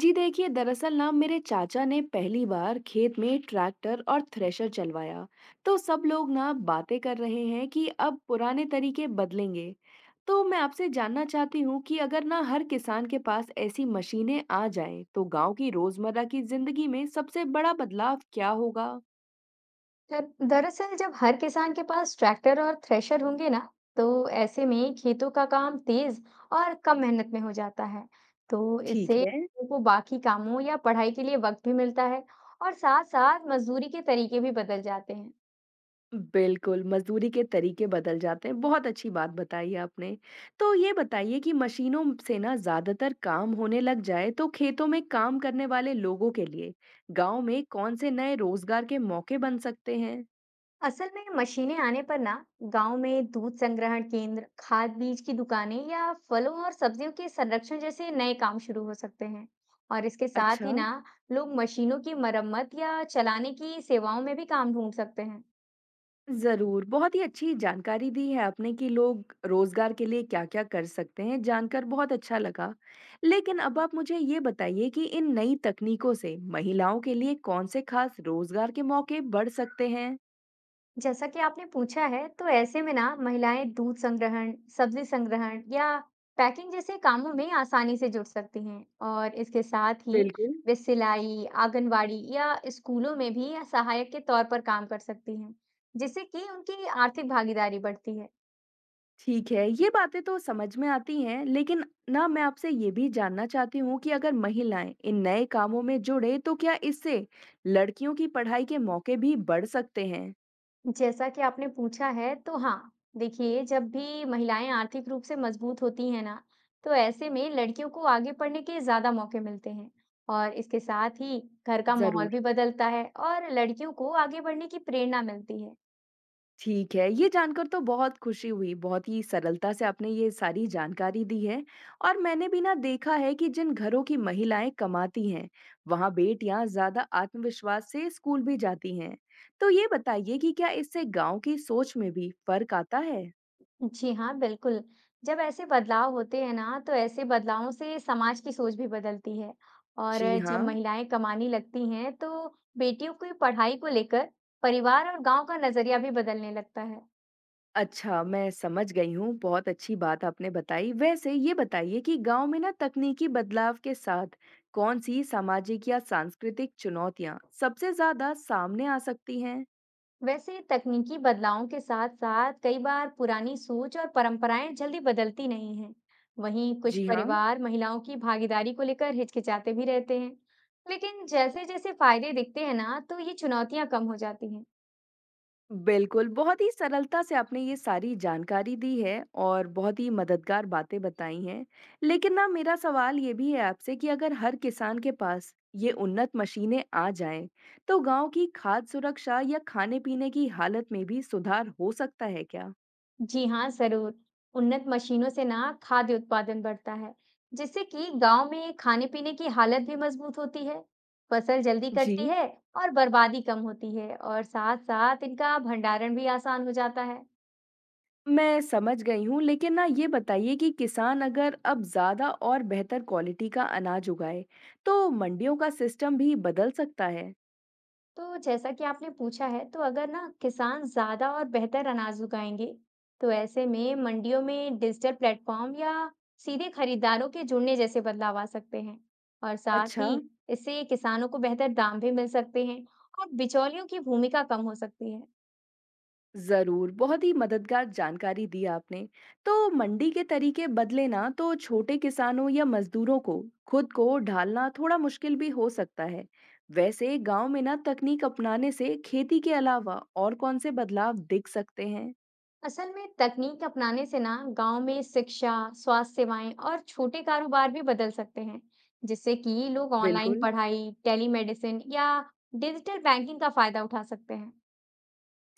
जी देखिए दरअसल ना मेरे चाचा ने पहली बार खेत में ट्रैक्टर और थ्रेशर चलवाया। तो सब लोग ना बातें कर रहे हैं कि अब पुराने तरीके बदलेंगे। तो मैं आपसे जानना चाहती हूँ कि अगर ना हर किसान के पास ऐसी मशीनें आ जाएं, तो गांव की रोजमर्रा की जिंदगी में सबसे बड़ा बदलाव क्या होगा। दरअसल जब हर किसान के पास ट्रैक्टर और थ्रेशर होंगे ना, तो ऐसे में खेतों का काम तेज और कम मेहनत में हो जाता है। तो ठीक इससे है। लोगों को बाकी कामों या पढ़ाई के लिए वक्त भी मिलता है, और साथ साथ मजदूरी के तरीके भी बदल जाते हैं। बिल्कुल, मज़दूरी के तरीके बदल जाते हैं, बहुत अच्छी बात बताई आपने। तो ये बताइए कि मशीनों से ना ज़्यादातर काम होने लग जाए, तो खेतों में काम करने वाले लोगों के लिए गाँव में कौन-से नए रोज़गार के मौके बन सकते हैं? असल में मशीनें आने पर ना गांव में दूध संग्रहण केंद्र, खाद बीज की दुकानें या फलों और सब्जियों के संरक्षण जैसे नए काम शुरू हो सकते हैं। और इसके साथ अच्छा। ही ना लोग मशीनों की मरम्मत या चलाने की सेवाओं में भी काम ढूंढ सकते हैं। ज़रूर, बहुत ही अच्छी जानकारी दी है आपने कि लोग रोज़गार के लिए क्या-क्या कर सकते हैं, जानकर बहुत अच्छा लगा। लेकिन अब आप मुझे ये बताइए कि इन नई तकनीकों से महिलाओं के लिए कौन-से ख़ास रोज़गार के मौके बढ़ सकते हैं? जैसा कि आपने पूछा है, तो ऐसे में ना महिलाएं दूध संग्रहण, सब्जी संग्रहण या पैकिंग जैसे कामों में आसानी से जुड़ सकती हैं। और इसके साथ ही बिल्कुल। वे सिलाई, आंगनवाड़ी या स्कूलों में भी सहायक के तौर पर काम कर सकती हैं, जिससे कि उनकी आर्थिक भागीदारी बढ़ती है। ठीक है, ये बातें तो समझ में आती हैं, लेकिन ना मैं आपसे ये भी जानना चाहती हूँ कि अगर महिलाएं इन नए कामों में जुड़े तो क्या इससे लड़कियों की पढ़ाई के मौके भी बढ़ सकते हैं? जैसा कि आपने पूछा है, तो हाँ, देखिए जब भी महिलाएं आर्थिक रूप से मजबूत होती हैं ना, तो ऐसे में लड़कियों को आगे पढ़ने के ज्यादा मौके मिलते हैं। और इसके साथ ही घर का माहौल जरूर। भी बदलता है और लड़कियों को आगे बढ़ने की प्रेरणा मिलती है। ठीक है, ये जानकर तो बहुत खुशी हुई। बहुत ही सरलता से आपने ये सारी जानकारी दी है। और मैंने भी ना देखा है कि जिन घरों की महिलाएं कमाती हैं, वहां बेटियां ज्यादा आत्मविश्वास से स्कूल भी जाती हैं। तो ये बताइए कि क्या इससे गांव की सोच में भी फर्क आता है? जी हाँ, बिल्कुल। जब ऐसे बदलाव होते हैं ना, तो ऐसे बदलावों से समाज की सोच भी बदलती है। और जी जब हाँ। महिलाएं कमाने लगती हैं, तो बेटियों की पढ़ाई को लेकर परिवार और गांव का नजरिया भी बदलने लगता है। अच्छा, मैं समझ गई हूँ, बहुत अच्छी बात आपने बताई। वैसे ये बताइए कि गाँव में ना तकनीकी बदलाव के साथ कौन-सी सामाजिक या सांस्कृतिक चुनौतियाँ सबसे ज़्यादा सामने आ सकती हैं? वैसे तकनीकी बदलावों के साथ साथ कई बार पुरानी सोच और परंपराएं जल्दी बदलती नहीं हैं। वहीं कुछ जी हाँ। परिवार महिलाओं की भागीदारी को लेकर हिचकिचाते भी रहते हैं। लेकिन जैसे जैसे फायदे दिखते हैं ना, तो ये चुनौतियां कम हो जाती हैं। बिल्कुल, बहुत ही सरलता से आपने ये सारी जानकारी दी है और बहुत ही मददगार बातें बताई हैं। लेकिन ना मेरा सवाल ये भी है आपसे कि अगर हर किसान के पास ये उन्नत मशीनें आ जाएँ, तो गाँव की खाद्य सुरक्षा या खाने-पीने की हालत में भी सुधार हो सकता है क्या? जी हाँ, जरूर। उन्नत मशीनों से ना खाद्य उत्पादन बढ़ता है, जिससे कि गांव में खाने पीने की हालत भी मजबूत होती है। फसल जल्दी कटती जी, है और बर्बादी कम होती है, और साथ साथ इनका भंडारण भी आसान हो जाता है। मैं समझ गई हूँ, लेकिन ना ये बताइए कि किसान अगर अब ज़्यादा और बेहतर क्वालिटी का अनाज उगाए, तो मंडियों का सिस्टम भी बदल सकता है? तो जैसा कि आपने पूछा है, तो अगर ना किसान ज्यादा और बेहतर अनाज उगाएंगे, तो ऐसे में मंडियों में डिजिटल प्लेटफॉर्म या सीधे खरीदारों के जुड़ने जैसे बदलाव आ सकते हैं। और साथ अच्छा। ही इससे किसानों को बेहतर दाम भी मिल सकते हैं और बिचौलियों की भूमिका कम हो सकती है। जरूर, बहुत ही मददगार जानकारी दी आपने। तो मंडी के तरीके बदले ना, तो छोटे किसानों या मजदूरों को खुद को ढालना थोड़ा मुश्किल भी हो सकता है। वैसे गांव में ना तकनीक अपनाने से खेती के अलावा और कौन से बदलाव दिख सकते हैं? असल में तकनीक अपनाने से ना गांव में शिक्षा, स्वास्थ्य सेवाएं और छोटे कारोबार भी बदल सकते हैं, जिससे कि लोग ऑनलाइन बिल्कुल। पढ़ाई, टेलीमेडिसिन या डिजिटल बैंकिंग का फायदा उठा सकते हैं।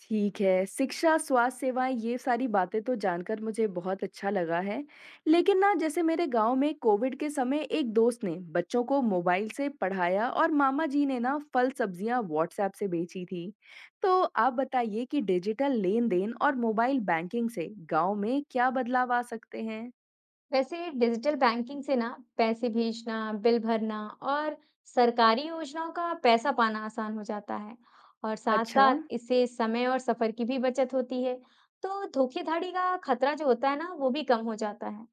ठीक है, शिक्षा, स्वास्थ्य सेवाएँ ये सारी बातें तो जानकर मुझे बहुत अच्छा लगा है। लेकिन ना जैसे मेरे गाँव में कोविड के समय एक दोस्त ने बच्चों को मोबाइल से पढ़ाया और मामा जी ने ना फल-सब्जियाँ व्हाट्सऐप से बेची थी। तो आप बताइए कि डिजिटल लेन-देन और मोबाइल बैंकिंग से गाँव में क्या बदलाव आ सकते हैं? वैसे डिजिटल बैंकिंग से ना पैसे भेजना, बिल भरना और सरकारी योजनाओं का पैसा पाना आसान हो जाता है, और साथ अच्छा। साथ इससे समय और सफर की भी बचत होती है। तो धोखेधड़ी का खतरा जो होता है ना, वो भी कम हो जाता है।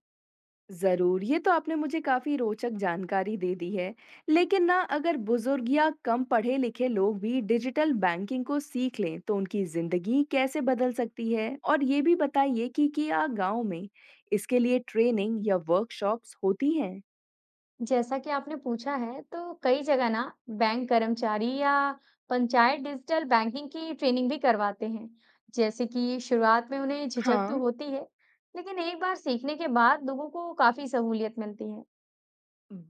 ज़रूर, ये तो आपने मुझे काफ़ी रोचक जानकारी दे दी है। लेकिन ना अगर बुज़ुर्ग या कम पढ़े-लिखे लोग भी डिजिटल बैंकिंग को सीख लें, तो उनकी ज़िंदगी कैसे बदल सकती है? और ये भी बताइए कि क्या गाँव में इसके लिए ट्रेनिंग या वर्कशॉप्स होती हैं? जैसा कि आपने पूछा है, तो कई जगह ना बैंक कर्मचारी या पंचायत डिजिटल बैंकिंग की ट्रेनिंग भी करवाते हैं। जैसे कि शुरुआत में उन्हें झिझक तो हाँ। होती है, लेकिन एक बार सीखने के बाद लोगों को काफी सहूलियत मिलती है।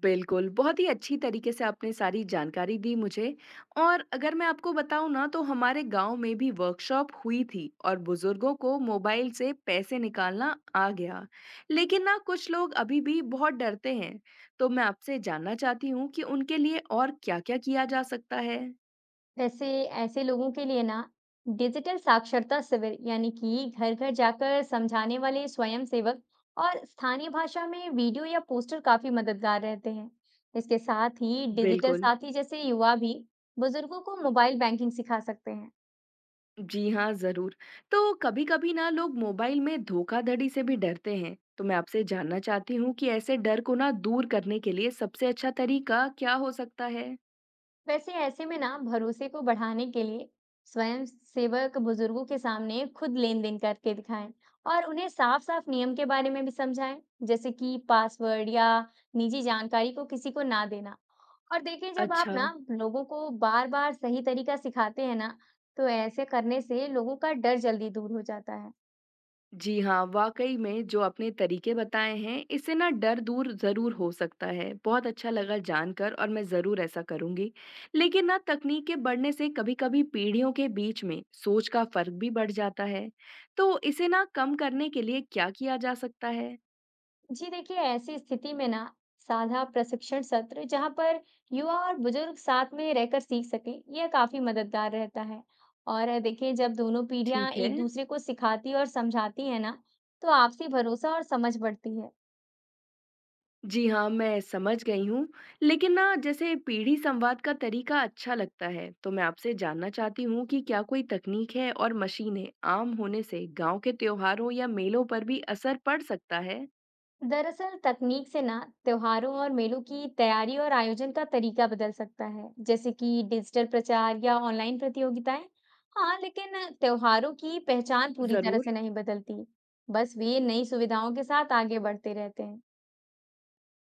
बिल्कुल, बहुत ही अच्छी तरीके से आपने सारी जानकारी दी मुझे। और अगर मैं आपको बताऊँ ना, तो हमारे गाँव में भी वर्कशॉप हुई थी और बुज़ुर्गों को मोबाइल से पैसे निकालना आ गया। लेकिन ना कुछ लोग अभी भी बहुत डरते हैं, तो मैं आपसे जानना चाहती हूँ कि उनके लिए और क्या-क्या किया जा सकता है? वैसे ऐसे लोगों के लिए ना डिजिटल साक्षरता शिविर, यानी कि घर घर जाकर समझाने वाले स्वयंसेवक, और स्थानीय भाषा में वीडियो या पोस्टर काफी मददगार रहते हैं। इसके साथ ही डिजिटल बिल्कुल। साथी जैसे युवा भी बुजुर्गों को मोबाइल बैंकिंग सिखा सकते हैं। जी हाँ, ज़रूर। तो कभी-कभी ना लोग मोबाइल में धोखाधड़ी से भी डरते हैं। तो मैं आपसे जानना चाहती हूँ कि ऐसे डर को ना दूर करने के लिए सबसे अच्छा तरीका क्या हो सकता है? वैसे ऐसे में ना भरोसे को बढ़ाने के लिए स्वयं सेवक बुजुर्गों के सामने खुद लेन देन करके दिखाएं और उन्हें साफ साफ नियम के बारे में भी समझाएं, जैसे कि पासवर्ड या निजी जानकारी को किसी को ना देना। और देखिए जब आप अच्छा। ना लोगों को बार बार सही तरीका सिखाते हैं ना, तो ऐसे करने से लोगों का डर जल्दी दूर हो जाता है। जी हाँ, वाक़ई में जो आपने तरीके बताए हैं, इससे ना डर दूर ज़रूर हो सकता है। बहुत अच्छा लगा जानकर और मैं ज़रूर ऐसा करूँगी। लेकिन ना तकनीक के बढ़ने से कभी-कभी पीढ़ियों के बीच में सोच का फ़र्क भी बढ़ जाता है। तो इसे ना कम करने के लिए क्या किया जा सकता है? जी देखिए, ऐसी स्थिति में ना साझा प्रशिक्षण सत्र, जहाँ पर युवा और बुजुर्ग साथ में रहकर सीख सकें, यह काफी मददगार रहता है। और देखिए जब दोनों पीढ़ियां ठीक है। एक दूसरे को सिखाती और समझाती है ना, तो आपसी भरोसा और समझ बढ़ती है। जी हाँ, मैं समझ गई हूँ। लेकिन ना जैसे पीढ़ी संवाद का तरीका अच्छा लगता है, तो मैं आपसे जानना चाहती हूँ कि क्या कोई तकनीक है और मशीनें आम होने से गांव के त्योहारों या मेलों पर भी असर पड़ सकता है? दरअसल तकनीक से ना त्योहारों और मेलों की तैयारी और आयोजन का तरीका बदल सकता है, जैसे कि डिजिटल प्रचार या ऑनलाइन प्रतियोगिताएं। हाँ, लेकिन त्योहारों की पहचान पूरी तरह ज़रूर। से नहीं बदलती। बस वे नई सुविधाओं के साथ आगे बढ़ते रहते हैं।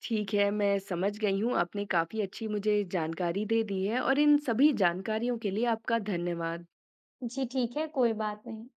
ठीक है, मैं समझ गई हूँ। आपने काफ़ी अच्छी मुझे जानकारी दे दी है और इन सभी जानकारियों के लिए आपका धन्यवाद। जी ठीक है, कोई बात नहीं।